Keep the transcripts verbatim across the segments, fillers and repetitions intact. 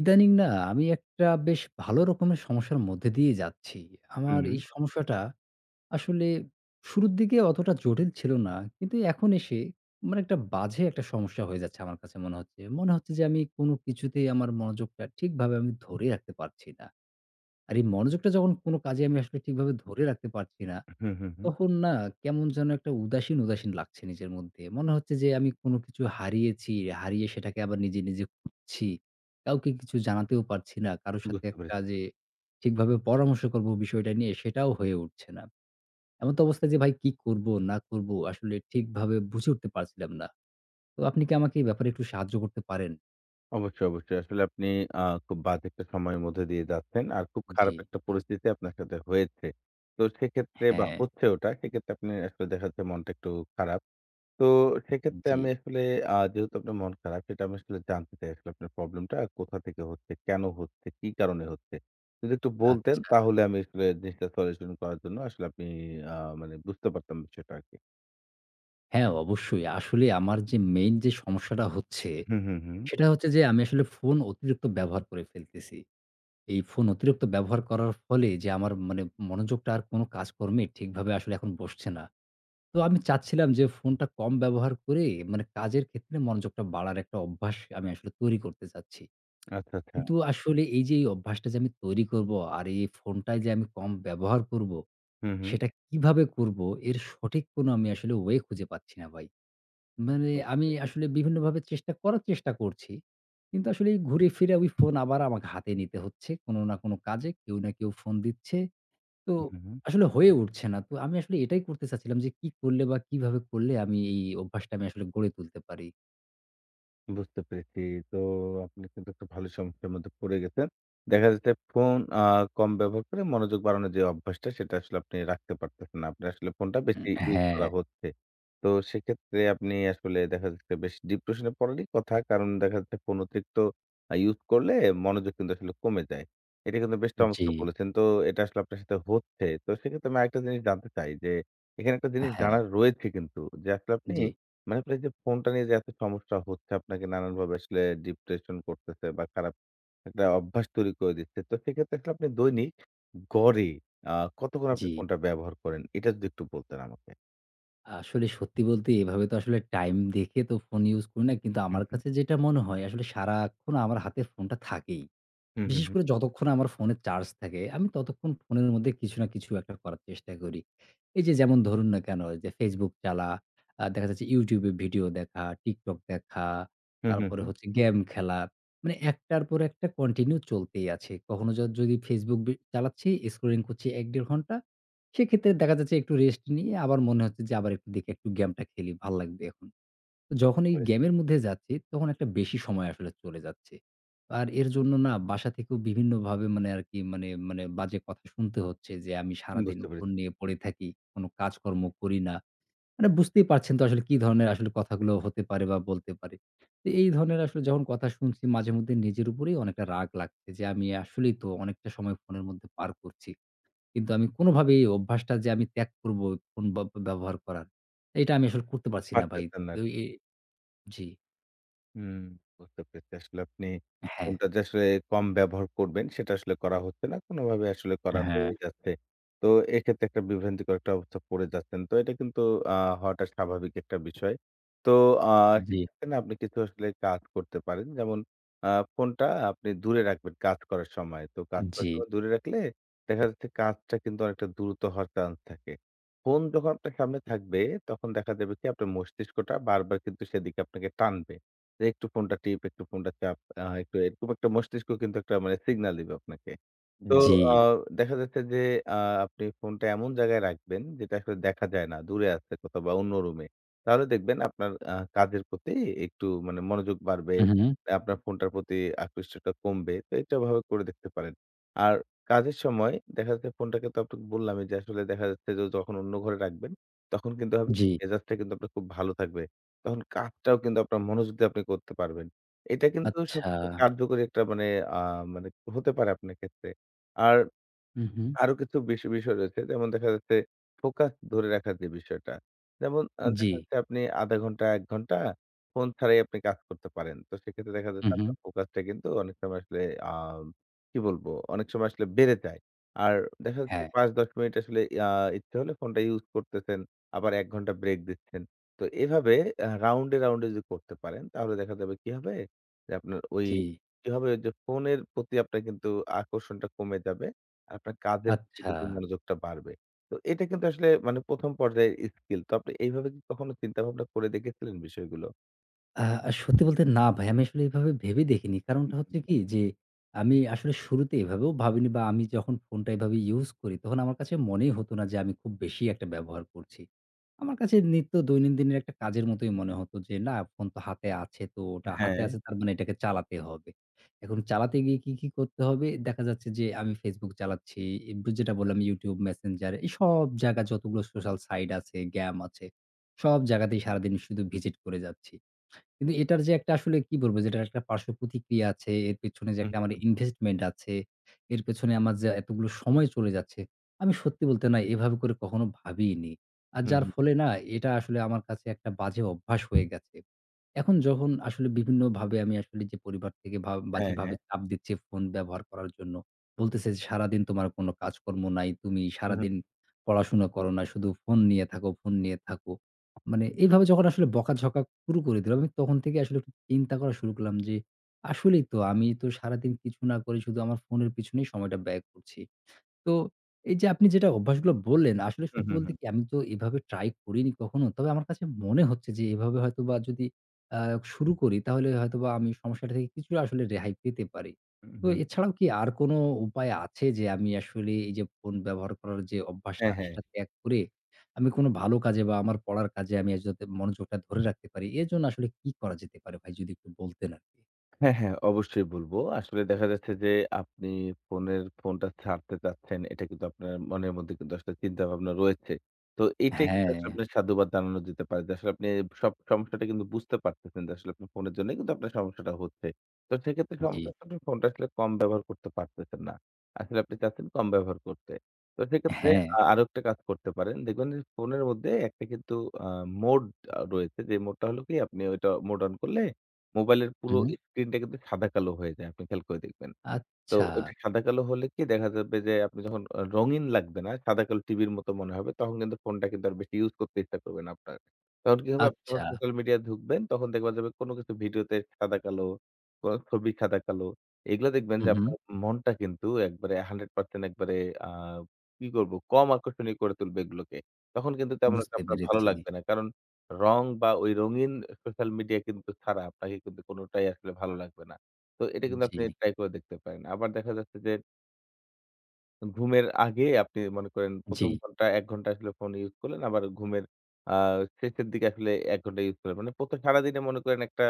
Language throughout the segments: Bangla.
ইদানিং না আমি একটা বেশ ভালো রকমের সমস্যার মধ্যে দিয়ে যাচ্ছি। আমার হুম, এই সমস্যাটা আসলে শুরুর দিকে অতটা জটিল ছিল না। কিন্তু এখন এসে মানে একটা বাজে একটা সমস্যা হয়ে যাচ্ছে আমার কাছে মনে হচ্ছে। মনে হচ্ছে যে আমি কোনো কিছুতেই আমার মনোযোগটা ঠিকভাবে আমি ধরে রাখতে পারছি না। আর এই মনোযোগটা যখন কোনো কাজে আমি আসলে ঠিকভাবে ধরে রাখতে পারছি না, হুম, হুম, হুম। তখন না কেমন যেন একটা উদাসীন, উদাসীন লাগছে নিজের মধ্যে। মনে হচ্ছে যে আমি কোনো কিছু হারিয়েছি, হারিয়ে সেটাকে আবার নিজে, নিজে খুঁজছি। কাউকে কিছু জানাতেও পারছি না। কারো সাথে বুঝতে একটা পেরেছি। যে ঠিকভাবে পরামর্শ করবো বিষয়টা নিয়ে সেটাও হয়ে উঠছে না। এমত অবস্থায় যে ভাই কি করব না করব আসলে ঠিকভাবে বুঝে উঠতে পারছিলাম না। তো আপনি কি আমাকে এই ব্যাপারে একটু সাহায্য করতে পারেন? অবশ্যই, অবশ্যই। আসলে আপনি আ খুব বাজে একটা সময়ের মধ্যে দিয়ে যাচ্ছেন। আর খুব জি, খারাপ একটা পরিস্থিতি আপনার সাথে হয়েছে। তো সেক্ষেত্রে বা হ্যাঁ, হচ্ছে ওটা, সেক্ষেত্রে আপনি আসলে দেখা যাচ্ছে মনটা একটু খারাপ। তো সেক্ষেত্রে জি, আমি আসলে আ যেহেতু আপনার মন খারাপ সেটা আমি আসলে জানতে চাই আসলে আপনার প্রবলেমটা কোথা থেকে হচ্ছে, কেন হচ্ছে, কি কারণে হচ্ছে? যদি একটু বলতেন আচ্ছা। তাহলে আমি আসলে জিনিসটা সলিউশন করার জন্য আসলে আপনি আ মানে বুঝতে পারতাম বিষয়টা আরকি। হ্যাঁ, অবশ্যই। আসলে আমার যে মেইন যে সমস্যাটা হচ্ছে হুম, হুম, হুম। সেটা হচ্ছে যে আমি আসলে ফোন অতিরিক্ত ব্যবহার করে ফেলতেছি। এই ফোন অতিরিক্ত ব্যবহার করার ফলে যে আমার মানে মনোযোগটা আর কোনো কাজকর্মে ঠিকভাবে আসলে এখন বসছে না। তো আমি চাচ্ছিলাম যে ফোনটা কম ব্যবহার করে মানে কাজের ক্ষেত্রে মনোযোগটা বাড়ার একটা অভ্যাস আমি আসলে তৈরি করতে চাচ্ছি। আচ্ছা, আচ্ছা। কিন্তু আসলে এই যে এই অভ্যাসটা যে আমি তৈরি করব আর এই ফোনটায় যে আমি কম ব্যবহার করব, হুম, হুম। সেটা কিভাবে করব এর সঠিক কোনো আমি আসলে ওয়ে খুঁজে পাচ্ছি না ভাই। মানে বুঝতে আমি পেরেছি। আসলে বিভিন্নভাবে চেষ্টা করার চেষ্টা করছি। কিন্তু আসলে এই ঘুরে ফিরে ওই ফোন আবার আমাকে হাতে নিতে হচ্ছে। কোনো না কোনো কাজে কেউ না কেউ ফোন দিচ্ছে। তো হুম, হুম। আসলে হয়ে উঠছে না। তো আমি আসলে এটাই করতে চাচ্ছিলাম যে কি করলে বা কিভাবে করলে আমি এই অভ্যাসটা আমি আসলে গড়ে তুলতে পারি? বুঝতে পেরেছি। তো আপনি কিন্তু একটা ভালো সমস্যার মধ্যে পড়ে গেছেন। দেখা যাচ্ছে ফোন আ কম ব্যবহার করে মনোযোগ বাড়ানোর যে অভ্যাসটা সেটা আসলে আপনি রাখতে পারতেছেন না। আপনার আসলে ফোনটা উম বেশি ইউজ করা হ্যাঁ, হচ্ছে। তো সেক্ষেত্রে আপনি আসলে দেখা যাচ্ছে বেশ ডিপ্রেশন এ পড়ারই কথা। কারণ দেখা যাচ্ছে ফোন অতিরিক্ত আ ইউজ করলে মনোযোগ কিন্তু আসলে কমে যায়। এটা কিন্তু বেশ জি। চমৎকার বলেছেন। তো এটা আসলে আপনার সাথে হচ্ছে। তো সেক্ষেত্রে আমি আরেকটা জিনিস জানতে চাই যে এখানে একটা জিনিস হ্যাঁ, জানার রয়েছে কিন্তু যে আসলে আপনি জি, মানে আপনার এইযে ফোনটা নিয়ে যে এত সমস্যা হচ্ছে, আপনাকে নানানভাবে আসলে ডিপ্রেশন করতেছে বা খারাপ একটা অভ্যাস তৈরি করে দিচ্ছে। তো সেক্ষেত্রে আসলে আপনি দৈনিক গড়ে আ কতক্ষণ জি। আপনি ফোনটা ব্যবহার করেন? এটা যদি একটু বলতেন আমাকে। আসলে সত্যি বলতে এভাবে তো আসলে টাইম দেখে তো ফোন ইউজ করি না। কিন্তু হুম, আমার হুম। কাছে যেটা মনে হয় আসলে সারাক্ষণ আমার হাতে ফোনটা থাকেই। হুম, হুম, বিশেষ হুম। করে যতক্ষণ আমার ফোনে চার্জ থাকে, আমি ততক্ষণ ফোনের মধ্যে কিছু না কিছু একটা করার চেষ্টা করি। এই যে যেমন ধরুন না কেন যে Facebook চালা, আ দেখা যাচ্ছে YouTube এ ভিডিও দেখা, TikTok দেখা, হুম, হুম, তারপরে হুম। হচ্ছে গেম খেলা। মানে একটার পর একটা কন্টিনিউ চলতেই আছে। কখনো য যদি Facebook বি চালাচ্ছি, স্ক্রলিং করছি এক থেকে দেড় ঘন্টা। সেক্ষেত্রে দেখা যাচ্ছে একটু রেস্ট নিয়ে আবার মনে হচ্ছে যে আবার একটু দেখি একটু গেমটা খেলি, ভাল লাগবে এখন। যখন বুঝতে এই পেরেছি, গেমের মধ্যে যাচ্ছি, তখন একটা বেশি সময় আসলে চলে যাচ্ছে। আর এর জন্য না বাসা থেকেও বিভিন্নভাবে মানে আরকি মানে মানে বাজে কথা শুনতে হচ্ছে যে, আমি সারাদিন বুঝতে ফোন পেরেছি। নিয়ে পড়ে থাকি। কোনো কাজকর্ম করি না। মানে বুঝতেই পারছেন তো আসলে কি ধরনের আসলে কথাগুলো হতে পারে বা বলতে পারে। তো এই ধরনের আসলে যখন কথা শুনছি মাঝেমধ্যে নিজের উপরেই অনেকটা রাগ লাগছে যে, আমি আসলেই তো অনেকটা সময় ফোনের মধ্যে পার করছি। কিন্তু আমি কোনোভাবেই এই অভ্যাসটা যে আমি ত্যাগ করব ফোন ব ব্যবহার করার, এটা আমি আসলে করতে পারছি না ভাই। পারতেছেন না। তো এ জি। হুম, বুঝতে পেরেছি। আসলে আপনি হ্যাঁ, ফোনটা যে আসলে কম ব্যবহার করবেন সেটা আসলে করা হচ্ছে না। কোনোভাবে আসলে করা হ্যাঁ। হয়ে যাচ্ছে। তো এক্ষেত্রে একটা বিভ্রান্তিকর একটা অবস্থা পড়ে যাচ্ছেন। তো এটা কিন্তু আ হওয়াটা স্বাভাবিক একটা বিষয়। তো আ জি, সেক্ষেত্রে না আপনি কিছু আসলে কাজ করতে পারেন। যেমন আ ফোনটা আপনি দূরে রাখবেন কাজ করার সময়। তো কাজ করার জি, সময় দূরে রাখলে দেখা যাচ্ছে কাজটা কিন্তু অনেকটা দ্রুত হওয়ার চান্স থাকে। ফোন যখন আপনার সামনে থাকবে তখন দেখা যাবে কি আপনার মস্তিষ্কটা বারবার কিন্তু সেদিকে আপনাকে টানবে। যে একটু ফোনটা টিপ, একটু ফোনটা চাপ, আ একটু এরকম একটা মস্তিষ্ক কিন্তু একটা মানে সিগনাল দিবে আপনাকে। তো জি। আ দেখা যাচ্ছে যে আ আপনি ফোনটা এমন জায়গায় রাখবেন যেটা আসলে দেখা যায় না। দূরে আছে কোথাও বা অন্য রুমে। তাহলে দেখবেন আপনার আ কাজের প্রতি একটু মানে মনোযোগ বাড়বে। হু, হু। আপনার ফোনটার প্রতি আকৃষ্টটা কমবে। তো এটা ভাবে করে দেখতে পারেন। আর কাজের সময় দেখা যাচ্ছে ফোনটাকে তো আপনাকে বললামই যে আসলে দেখা যাচ্ছে যে যখন অন্য ঘরে রাখবেন তখন কিন্তু হবে জি। কি মেজাজটা কিন্তু আপনার খুব ভালো থাকবে। তখন কাজটাও কিন্তু আপনার মনোযোগ দিয়ে আপনি করতে পারবেন। এটা কিন্তু আচ্ছা। সবচেয়ে কার্যকরী একটা মানে আ মানে হতে পারে আপনার ক্ষেত্রে। আর হু, হু। আরো কিছু বিষয় বিষয় রয়েছে। যেমন দেখা যাচ্ছে ফোকাস ধরে রাখার যে বিষয়টা। যেমন আ জি। দেখা যাচ্ছে আপনি শূন্য দশমিক পাঁচ ঘন্টা এক ঘন্টা ফোন ছাড়াই আপনি কাজ করতে পারেন। তো সেক্ষেত্রে দেখা হু, যাচ্ছে হু। আপনার ফোকাসটা কিন্তু অনেক সময় আসলে আ কি বলবো? অনেক সময় আসলে বেড়ে যায়। আর দেখা যাচ্ছে হ্যাঁ, পাঁচ থেকে দশ মিনিট আসলে আ ইচ্ছে হলে ফোনটা ইউজ করতেছেন। আবার এক ঘন্টা ব্রেক দিচ্ছেন। তো এভাবে আ রাউন্ডে, রাউন্ডে যদি করতে পারেন তাহলে দেখা যাবে কি হবে? যে আপনার ওই জি। কি হবে? যে ফোনের প্রতি আপনার কিন্তু আকর্ষণটা কমে যাবে। আপনার কাজের প্রতি আচ্ছা। কিন্তু মনোযোগটা বাড়বে। তো এটা কিন্তু আসলে মানে প্রথম পর্যায়ের স্কিল। তো আপনি এইভাবে কি কখনো চিন্তা ভাবনা করে দেখেছিলেন বিষয়গুলো? আ সত্যি বলতে না ভাই, আমি আসলে এভাবে ভেবে দেখিনি। কারণটা হচ্ছে কি যে, আমি আসলে শুরুতে এভাবেও ভাবিনি বা আমি যখন ফোনটা এভাবে ইউজ করি, তখন আমার কাছে মনেই হতো না যে আমি খুব বেশি একটা ব্যবহার করছি। আমার কাছে নিত্য দৈনন্দিনের একটা কাজের মতোই মনে হতো যে, না ফোন তো হাতে আছে, তো ওটা হাতে হ্যাঁ। আছে তার মানে এটাকে চালাতে হবে। এখন চালাতে গিয়ে কি, কি করতে হবে? দেখা যাচ্ছে যে আমি Facebook চালাচ্ছি, এ যেটা বললাম YouTube, Messenger এসব জায়গা যতগুলো সোশ্যাল সাইট আছে, গ্যাম আছে, সব জায়গাতেই সারাদিন শুধু ভিজিট করে যাচ্ছি। কিন্তু এটার যে একটা আসলে কি বলবো যে এটার একটা পার্শ্ব প্রতিক্রিয়া আছে, এর পেছনে যে হুম, একটা আমার হুম, ইনভেস্টমেন্ট আছে, এর পেছনে আমার যে এতগুলো সময় চলে যাচ্ছে, আমি সত্যি বলতে না এভাবে করে কখনো ভাবিইনি। আর হুম, যার হুম। ফলে না এটা আসলে আমার কাছে একটা বাজে অভ্যাস হয়ে গেছে। এখন যখন আসলে বিভিন্নভাবে আমি আসলে যে পরিবার থেকে ভা হ্যাঁ, বাজেভাবে হ্যাঁ। চাপ দিচ্ছে ফোন ব্যবহার করার জন্য। বলতেছে যে, "সারাদিন তোমার কোনো কাজকর্ম নাই। তুমি হুম, হুম, সারাদিন পড়াশোনা করো না। শুধু ফোন নিয়ে থাকো, ফোন নিয়ে থাকো।" মানে এভাবে যখন আসলে বকাঝকা শুরু করে দিল, আমি তখন থেকে আসলে একটু চিন্তা করা শুরু করলাম যে, আসলেই তো আমি তো সারাদিন কিছু না করে শুধু আমার ফোনের পিছনেই সময়টা ব্যয় করছি। তো এই যে আপনি যেটা অভ্যাসগুলো বললেন, আসলে হুম, সত্যি হুম, বলতে হুম, কি আমি তো এভাবে ট্রাই করিনি কখনো। তবে আমার কাছে মনে হচ্ছে যে এভাবে হয়তোবা যদি আ শুরু করি তাহলে হয়তোবা আমি সমস্যাটা থেকে কিছুটা আসলে রেহাই পেতে পারি। হুম, তো হুম। এছাড়াও কি আর কোনো উপায় আছে যে আমি আসলে এই যে ফোন ব্যবহার করার যে অভ্যাসটা হ্যাঁ, হ্যাঁ। সেটা ত্যাগ করে আমি কোনো ভালো কাজে বা আমার পড়ার কাজে আমি আজ যাতে মনোযোগটা ধরে রাখতে পারি এর জন্য আসলে কি করা যেতে পারে ভাই যদি একটু বলতেন আরকি? হ্যাঁ, হ্যাঁ, অবশ্যই বলব। আসলে দেখা যাচ্ছে যে আপনি ফোনের ফোনটা ছাড়তে চাচ্ছেন, এটা কিন্তু আপনার মনের মধ্যে কিন্তু আসলে চিন্তাভাবনা রয়েছে। তো এইটাই কিন্তু হ্যাঁ, আসলে আপনার সাধুবাদ জানানো যেতে পারে যে আসলে আপনি সব সমস্যাটা কিন্তু বুঝতে পারতেছেন যে আসলে আপনার ফোনের জন্যই কিন্তু আপনার সমস্যাটা হচ্ছে। তো সেক্ষেত্রে জি। সমস্যা হচ্ছে আপনি ফোনটা আসলে কম ব্যবহার করতে পারতেছেন না। আসলে আপনি চাচ্ছেন কম ব্যবহার করতে। তো সেক্ষেত্রে হ্যাঁ। আ আরো একটা কাজ করতে পারেন। দেখবেন যে ফোনের মধ্যে একটা কিন্তু আ মোড আ রয়েছে যে মোডটা হলো কি আপনি ওইটা মোড অন করলে মোবাইলের উম পুরো হুম। স্ক্রিনটা কিন্তু সাদা কালো হয়ে যায়। আপনি খেয়াল করে দেখবেন। তো আচ্ছা, ওইটা সাদা কালো হলে কি দেখা যাবে যে আপনি যখন আ রঙিন লাগবে না, সাদা কালো টিভির মতো মনে হবে। তখন কিন্তু ফোনটা কিন্তু আর বেশি ইউজ করতে ইচ্ছা করবে না আপনার। তখন কি হবে? আপনি যখন আচ্ছা। সোশ্যাল মিডিয়ায় ঢুকবেন তখন দেখবা যাবে কোনো কিছু ভিডিওতে সাদা কালো, কোনো ছবি সাদা কালো। এগুলা দেখবেন যে হুম, হুম। আপনার মনটা কিন্তু একবারে একশো শতাংশ একবারে আ কি করব? কম আকর্ষণীয় করে তুলবে এগুলোকে। তখন কিন্তু তেমন একটা বুঝতে আপনার ভালো পেরেছি। লাগবে না। কারণ রং বা ওই রঙিন সোশ্যাল মিডিয়া কিন্তু ছাড়া আপনাকে কিন্তু কোনটাই আসলে ভালো লাগবে না। তো এটা কিন্তু জি, আপনি ট্রাই করে দেখতে পারেন। আবার দেখা যাচ্ছে যে, ঘুমের আগে আপনি মনে করেন জি। প্রথম ঘন্টা এক ঘন্টা আসলে ফোন ইউজ করলেন। আবার ঘুমের আ শেষের দিকে আসলে এক ঘন্টা ইউজ করলেন। মানে ১ম সারাদিনে মনে করেন একটা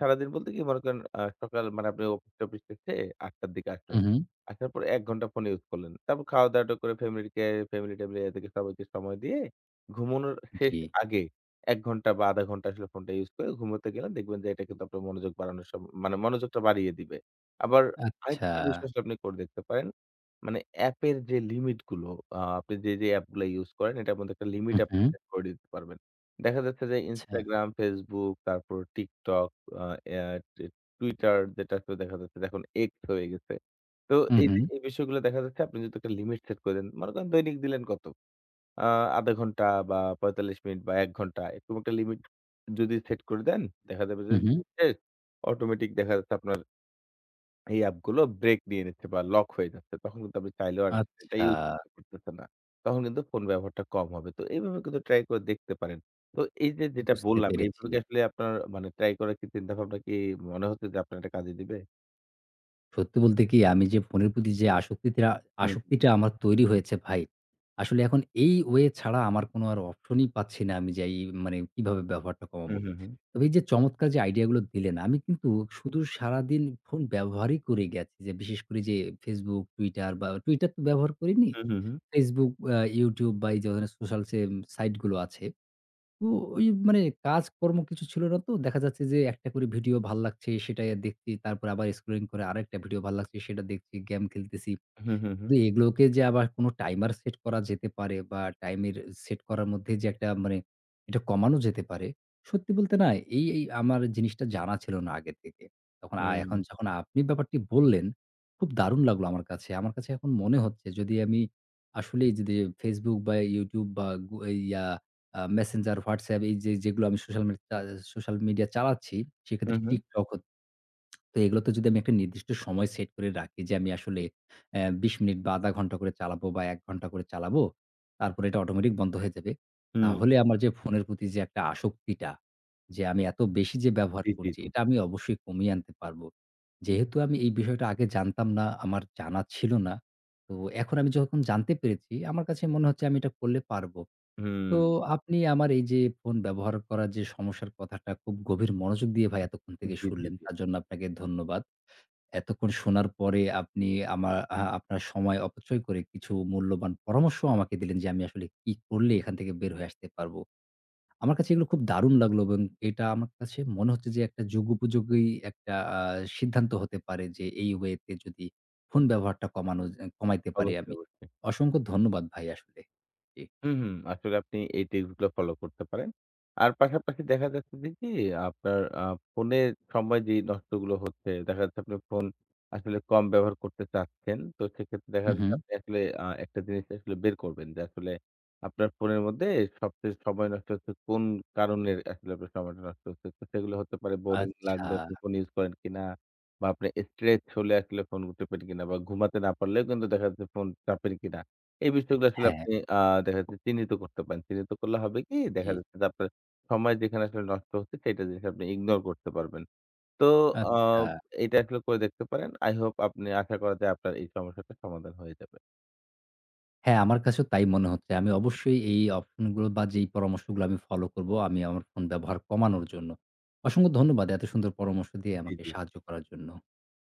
সারাদিন বলতে কি মনে করেন আ সকাল মানে আপনি অফিস-টফিস শেষে আট টার দিকে আসলেন। হুম, হুম। আসার পরে এক ঘন্টা ফোন ইউজ করলেন। তারপর খাওয়া-দাওয়াটা করে ফ্যামিলিকে ফ্যামিলি-ট্যামিলি এদেরকে সবাইকে সময় দিয়ে ঘুমানোর শেষ জি। আগে এক ঘন্টা বা শূন্য দশমিক পাঁচ ঘন্টা আসলে ফোনটা ইউজ করে ঘুমোতে গেলেন। দেখবেন যে এটা কিন্তু আপনার মনোযোগ বাড়ানোর সম মানে মনোযোগটা বাড়িয়ে দিবে। আবার আচ্ছা। আরেকটা বিষয় আসলে আপনি করে দেখতে পারেন। মানে অ্যাপের যে লিমিট গুলো আ আপনি যে, যে অ্যাপ গুলা ইউজ করেন এটার মধ্যে একটা লিমিট হুম, হুম। আপনি হুম। সেট করে দিতে পারবেন। দেখা যাচ্ছে যে আচ্ছা। Instagram, Facebook তারপর TikTok আ অ্যা টে Twitter যেটা তো দেখা যাচ্ছে যে এখন X হয়ে গেছে। তো হুম, এই যে হুম। এই বিষয়গুলো দেখা যাচ্ছে আপনি যদি একটা লিমিট সেট করে দেন। মনে করেন দৈনিক দিলেন কত? আ শূন্য দশমিক পাঁচ ঘন্টা বা পঁয়তাল্লিশ মিনিট বা এক ঘন্টা এরকম একটা লিমিট যদি সেট করে দেন, দেখা যাবে যে হুম, হুম। অটোমেটিক দেখা যাচ্ছে আপনার এই অ্যাপগুলো ব্রেক নিয়ে নিচ্ছে বা লক হয়ে যাচ্ছে। তখন কিন্তু আপনি চাইলেও আর এটা আচ্ছা, ইউজ করতে পারতেছে না। তখন কিন্তু ফোন ব্যবহারটা কম হবে। তো এইভাবে কিন্তু ট্রাই করে দেখতে পারেন। তো এই যে যেটা বুঝতে বললাম এইভাবে পেরেছি। কি আসলে আপনার মানে ট্রাই করার কি চিন্তাভাবনা কি মনে হচ্ছে যে আপনার এটা কাজে দিবে? সত্যি বলতে কি আমি যে ফোনের প্রতি যে আসক্তিটা হুম, আসক্তিটা আমার তৈরি হয়েছে ভাই, আসলে এখন এই ওয়ে ছাড়া আমার কোনো আর অপশনই পাচ্ছি না আমি যে এই মানে কিভাবে ব্যবহারটা হুম, কমাবো। হুম, হুম, তবে এই যে চমৎকার যে আইডিয়া গুলো দিলেন, আমি কিন্তু শুধু সারাদিন ফোন ব্যবহারই করে গেছি। যে বিশেষ করে যে Facebook, Twitter বা Twitter তো ব্যবহার করিনি। হুম, হুম, হুম, Facebook, আ YouTube বা এই যে ধরনের সোশ্যাল সেম সাইট গুলো আছে। তো ওই মানে কাজকর্ম কিছু ছিল না তো। দেখা যাচ্ছে যে একটা করে ভিডিও ভাল লাগছে সেটাই দেখছি। তারপরে আবার স্ক্রলিং করে আরেকটা ভিডিও ভাল লাগছে সেটা দেখছি। গেম খেলতেছি। হুম, হুম, হুম, জি, এগুলোকে যে আবার কোনো টাইমার সেট করা যেতে পারে বা টাইমের সেট করার মধ্যে যে একটা মানে এটা কমানো যেতে পারে। সত্যি বলতে না এই, এই আমার জিনিসটা জানা ছিল না আগে থেকে। তখন আ হুম, এখন যখন আপনি ব্যাপারটি বললেন, খুব দারুণ লাগলো আমার কাছে। আমার কাছে এখন মনে হচ্ছে যদি আমি আসলেই যদি Facebook বা YouTube বা গু এই, ইয়া আ Messenger, WhatsApp এই যে যেগুলো আমি সোশ্যাল মিডিয়া সোশ্যাল মিডিয়া চালাচ্ছি, হুম, সেক্ষেত্রে হুম, TikTok তো এগুলোতে যদি আমি একটা নির্দিষ্ট সময় সেট করে রাখি যে, আমি আসলে অ্যা বিশ মিনিট বা আধা ঘন্টা করে চালাবো বা এক ঘন্টা করে চালাবো। তারপরে এটা অটোমেটিক বন্ধ হয়ে যাবে। হুম তাহলে আমার যে ফোনের প্রতি যে একটা আসক্তিটা, যে আমি এত বেশি যে ব্যবহার জি, জি, করছি, জি। এটা আমি অবশ্যই কমিয়ে আনতে পারবো। যেহেতু আমি এই বিষয়টা আগে জানতাম না, আমার জানা ছিল না। তো এখন আমি যখন জানতে পেরেছি, আমার কাছে মনে হচ্ছে আমি এটা করলে পারবো। হুম, তো আপনি আমার এই যে ফোন ব্যবহার করার যে সমস্যার কথাটা খুব গভীর মনোযোগ দিয়ে ভাই এতক্ষণ থেকে জি, জি, শুনলেন। জি। তার জন্য আপনাকে ধন্যবাদ। এতক্ষণ শোনার পরে আপনি আমার আ আপনার সময় অপচয় করে কিছু মূল্যবান পরামর্শ আমাকে দিলেন যে আমি আসলে কি করলে এখান থেকে বের হয়ে আসতে পারবো। আমার কাছে এগুলো খুব দারুণ লাগলো এবং এটা আমার কাছে মনে হচ্ছে যে একটা যুগোপযোগী একটা আ সিদ্ধান্ত হতে পারে যে এই ওয়ে তে যদি ফোন ব্যবহারটা কমানো যা কমাইতে পারি অবশ্যই, আমি। অবশ্যই। অসংখ্য ধন্যবাদ ভাই আসলে। জি। হুম, হুম। আসলে আপনি এই টিপস গুলো ফলো করতে পারেন। আর পাশাপাশি দেখা যাচ্ছে যে কি আপনার আ ফোনে সময় যেই নষ্টগুলো হচ্ছে, দেখা যাচ্ছে আপনি ফোন আসলে কম ব্যবহার করতে চাচ্ছেন। তো সেক্ষেত্রে দেখা হু, হু। যাচ্ছে আপনি আসলে আ একটা জিনিস আসলে বের করবেন যে আসলে আপনার ফোনের মধ্যে সবচেয়ে সময় নষ্ট হচ্ছে কোন কারণে আসলে আপনার সময়টা নষ্ট হচ্ছে। তো সেগুলো হতে পারে বোরিং আচ্ছা। লাগলে আপনি ফোন ইউজ করেন কিনা বা আপনি স্ট্রেস হলে আসলে ফোন টেপেন কিনা বা ঘুমাতে না পারলেও কিন্তু দেখা যাচ্ছে ফোন চাপেন কিনা। এই বিষয়গুলো আসলে হ্যাঁ, আপনি আ দেখা যাচ্ছে চিহ্নিত করতে পারেন। চিহ্নিত করলে হবে কি? জি। দেখা যাচ্ছে যে আপনার সময় যেখানে আসলে নষ্ট হচ্ছে সেইটা জিনিস আপনি ইগনোর করতে পারবেন। তো আ আচ্ছা। এটা আসলে করে দেখতে পারেন। I hope আপনি আশা করা যায় আপনার এই সমস্যাটার সমাধান হয়ে যাবে। হ্যাঁ, আমার কাছেও তাই মনে হচ্ছে। আমি অবশ্যই এই অপশনগুলো বা যেই পরামর্শগুলো আমি ফলো করব, আমি আমার ফোন ব্যবহার কমানোর জন্য। অসংখ্য ধন্যবাদ এত সুন্দর পরামর্শ দিয়ে জি, আমাকে জি। সাহায্য করার জন্য।